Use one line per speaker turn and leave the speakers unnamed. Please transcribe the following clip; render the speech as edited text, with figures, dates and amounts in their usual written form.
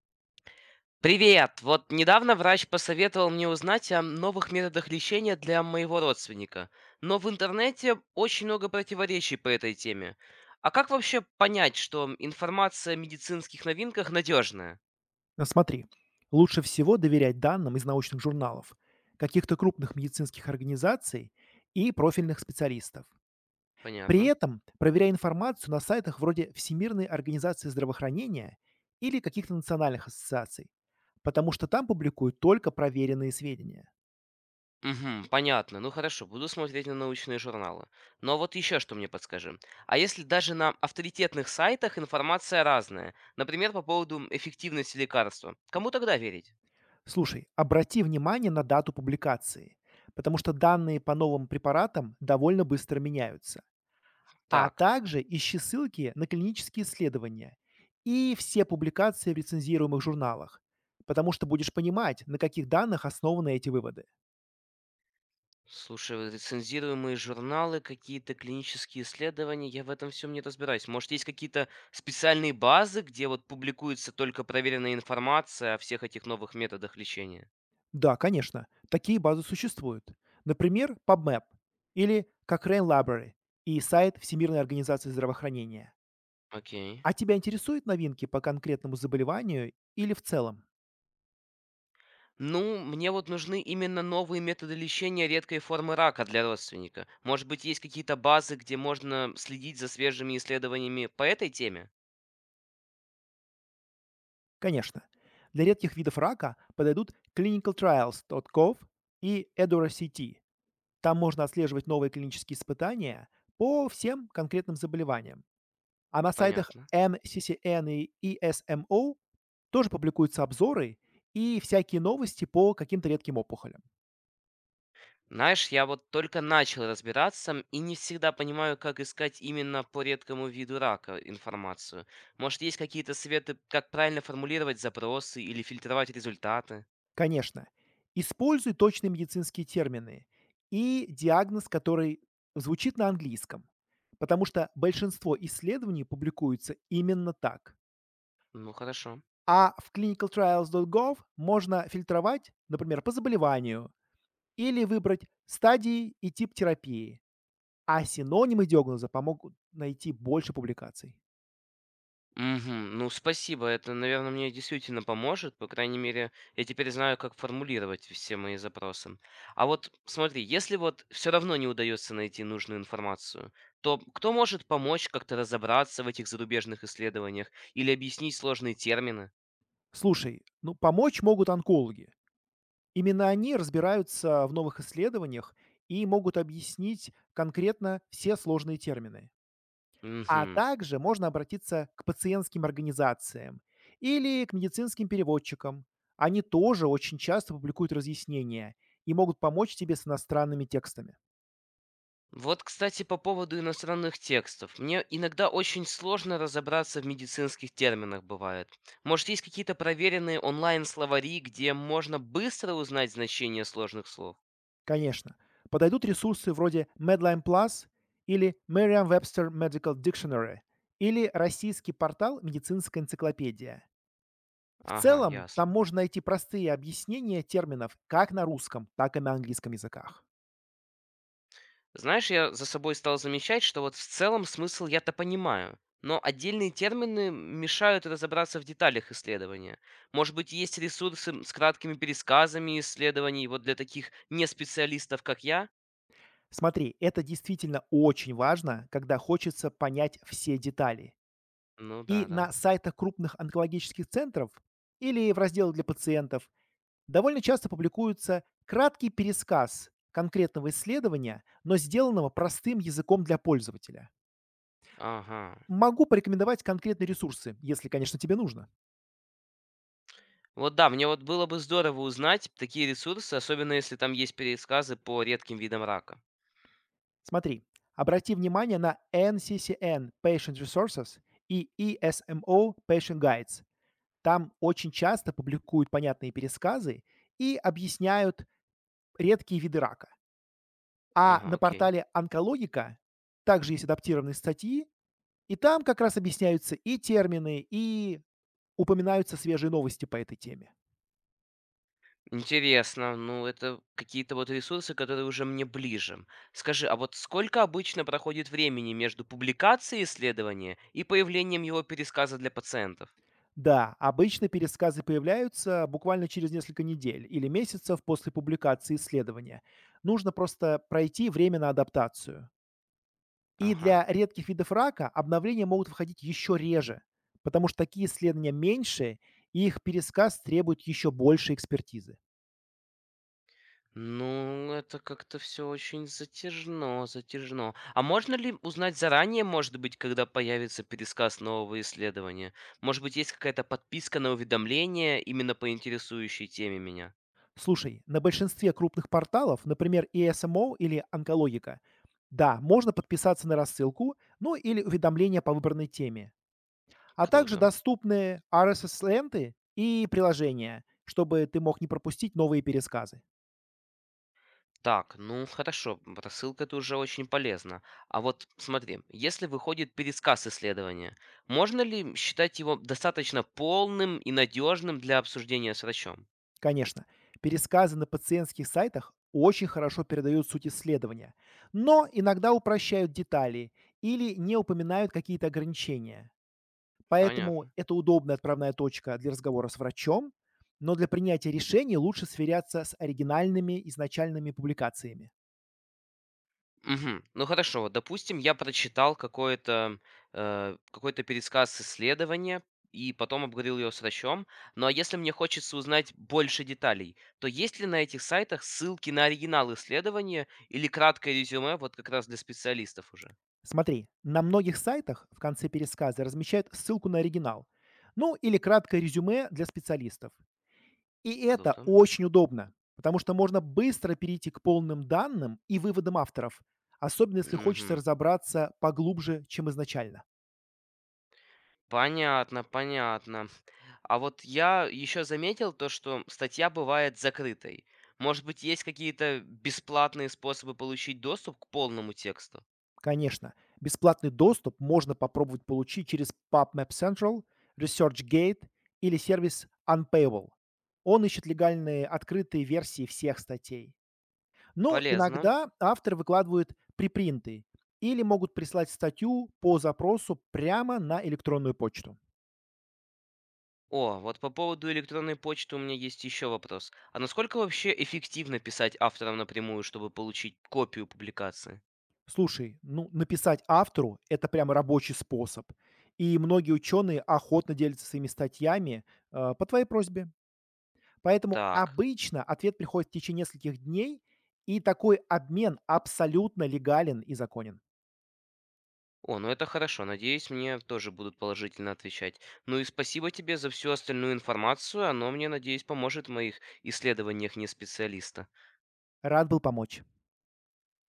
Привет! Вот недавно врач посоветовал мне узнать о новых методах лечения для моего родственника. Но в интернете очень много противоречий по этой теме. А как вообще понять, что информация о медицинских новинках надежная?
Ну, смотри, лучше всего доверять данным из научных журналов, каких-то крупных медицинских организаций и профильных специалистов. При
Понятно.
этом проверяй информацию на сайтах вроде Всемирной организации здравоохранения или каких-то национальных ассоциаций, потому что там публикуют только проверенные сведения.
Угу, понятно. Ну хорошо, буду смотреть на научные журналы. Но вот еще что мне подскажи. А если даже на авторитетных сайтах информация разная, например, по поводу эффективности лекарства, кому тогда верить?
Слушай, обрати внимание на дату публикации, потому что данные по новым препаратам довольно быстро меняются. А
Так.
также ищи ссылки на клинические исследования и все публикации в рецензируемых журналах, потому что будешь понимать, на каких данных основаны эти выводы.
Слушай, вот рецензируемые журналы, какие-то клинические исследования, я в этом всем не разбираюсь. Может, есть какие-то специальные базы, где вот публикуется только проверенная информация о всех этих новых методах лечения?
Да, конечно, такие базы существуют. Например, PubMed или Cochrane Library и сайт Всемирной организации здравоохранения.
Окей.
А тебя интересуют новинки по конкретному заболеванию или в целом?
Ну, мне вот нужны именно новые методы лечения редкой формы рака для родственника. Может быть, есть какие-то базы, где можно следить за свежими исследованиями по этой теме?
Конечно. Для редких видов рака подойдут clinicaltrials.gov и EDORA.CT. Там можно отслеживать новые клинические испытания по всем конкретным заболеваниям. А на сайтах
Понятно.
NCCN и ESMO тоже публикуются обзоры и всякие новости по каким-то редким опухолям.
Знаешь, я вот только начал разбираться и не всегда понимаю, как искать именно по редкому виду рака информацию. Может, есть какие-то советы, как правильно формулировать запросы или фильтровать результаты?
Конечно. Используй точные медицинские термины и диагноз, который звучит на английском, потому что большинство исследований публикуется именно так.
Ну, хорошо.
А в clinicaltrials.gov можно фильтровать, например, по заболеванию или выбрать стадии и тип терапии, а синонимы диагноза помогут найти больше публикаций.
Угу, ну спасибо, это, наверное, мне действительно поможет. По крайней мере, я теперь знаю, как формулировать все мои запросы. А вот смотри, если вот все равно не удается найти нужную информацию, то кто может помочь как-то разобраться в этих зарубежных исследованиях или объяснить сложные термины?
Слушай, ну помочь могут онкологи. Именно они разбираются в новых исследованиях и могут объяснить конкретно все сложные термины. А
Мгм.
также можно обратиться к пациентским организациям или к медицинским переводчикам. Они тоже очень часто публикуют разъяснения и могут помочь тебе с иностранными текстами.
Вот, кстати, по поводу иностранных текстов. Мне иногда очень сложно разобраться в медицинских терминах бывает. Может, есть какие-то проверенные онлайн-словари, где можно быстро узнать значение сложных слов?
Конечно, подойдут ресурсы вроде Medline Plus или Merriam-Webster Medical Dictionary или российский портал «Медицинская энциклопедия». В
Ага,
целом, там
ясно.
можно найти простые объяснения терминов как на русском, так и на английском языках.
Знаешь, я за собой стал замечать, что вот в целом смысл я-то понимаю, но отдельные термины мешают разобраться в деталях исследования. Может быть, есть ресурсы с краткими пересказами исследований вот для таких неспециалистов, как я?
Смотри, это действительно очень важно, когда хочется понять все детали.
Ну
И
да, да.
на сайтах крупных онкологических центров или в разделах для пациентов довольно часто публикуется краткий пересказ конкретного исследования, но сделанного простым языком для пользователя.
Ага.
Могу порекомендовать конкретные ресурсы, если, конечно, тебе нужно.
Вот да, мне вот было бы здорово узнать такие ресурсы, особенно если там есть пересказы по редким видам рака.
Смотри, обрати внимание на NCCN Patient Resources и ESMO Patient Guides. Там очень часто публикуют понятные пересказы и объясняют редкие виды рака. А
Ага,
на
окей.
портале Онкологика также есть адаптированные статьи, и там как раз объясняются и термины, и упоминаются свежие новости по этой теме.
Интересно, ну это какие-то вот ресурсы, которые уже мне ближе. Скажи, а вот сколько обычно проходит времени между публикацией исследования и появлением его пересказа для пациентов?
Да, обычно пересказы появляются буквально через несколько недель или месяцев после публикации исследования. Нужно просто пройти время на адаптацию. И
Ага.
для редких видов рака обновления могут выходить еще реже, потому что такие исследования меньше, и их пересказ требует еще больше экспертизы.
Ну, это как-то все очень затяжно, затяжно. А можно ли узнать заранее, может быть, когда появится пересказ нового исследования? Может быть, есть какая-то подписка на уведомления именно по интересующей теме меня?
Слушай, на большинстве крупных порталов, например, ESMO или Онкологика, да, можно подписаться на рассылку, ну или уведомления по выбранной теме. А также
Круто.
доступны RSS-ленты и приложения, чтобы ты мог не пропустить новые пересказы.
Так, ну хорошо, рассылка это уже очень полезно. А вот смотри, если выходит пересказ исследования, можно ли считать его достаточно полным и надежным для обсуждения с врачом?
Конечно, пересказы на пациентских сайтах очень хорошо передают суть исследования, но иногда упрощают детали или не упоминают какие-то ограничения. Поэтому
Понятно.
это удобная отправная точка для разговора с врачом, но для принятия решений лучше сверяться с оригинальными изначальными публикациями.
Мгм. Ну хорошо, вот, допустим, я прочитал какой-то пересказ исследования и потом обговорил ее с врачом. Ну а если мне хочется узнать больше деталей, то есть ли на этих сайтах ссылки на оригинал исследования или краткое резюме, вот как раз для специалистов уже?
Смотри, на многих сайтах в конце пересказа размещают ссылку на оригинал, ну или краткое резюме для специалистов. И это
Круто.
очень удобно, потому что можно быстро перейти к полным данным и выводам авторов, особенно если хочется
Мгм.
разобраться поглубже, чем изначально.
Понятно, понятно. А вот я еще заметил то, что статья бывает закрытой. Может быть, есть какие-то бесплатные способы получить доступ к полному тексту?
Конечно, бесплатный доступ можно попробовать получить через PubMed Central, ResearchGate или сервис Unpayable. Он ищет легальные открытые версии всех статей. Ну,
Полезно.
иногда авторы выкладывают припринты или могут прислать статью по запросу прямо на электронную почту.
О, вот по поводу электронной почты у меня есть еще вопрос. А насколько вообще эффективно писать авторам напрямую, чтобы получить копию публикации?
Слушай, ну, написать автору- это прям рабочий способ. И многие ученые охотно делятся своими статьями, по твоей просьбе. Поэтому
Так.
обычно ответ приходит в течение нескольких дней, и такой обмен абсолютно легален и законен.
О, ну это хорошо. Надеюсь, мне тоже будут положительно отвечать. Ну и спасибо тебе за всю остальную информацию. Она мне, надеюсь, поможет в моих исследованиях не специалиста.
Рад был помочь.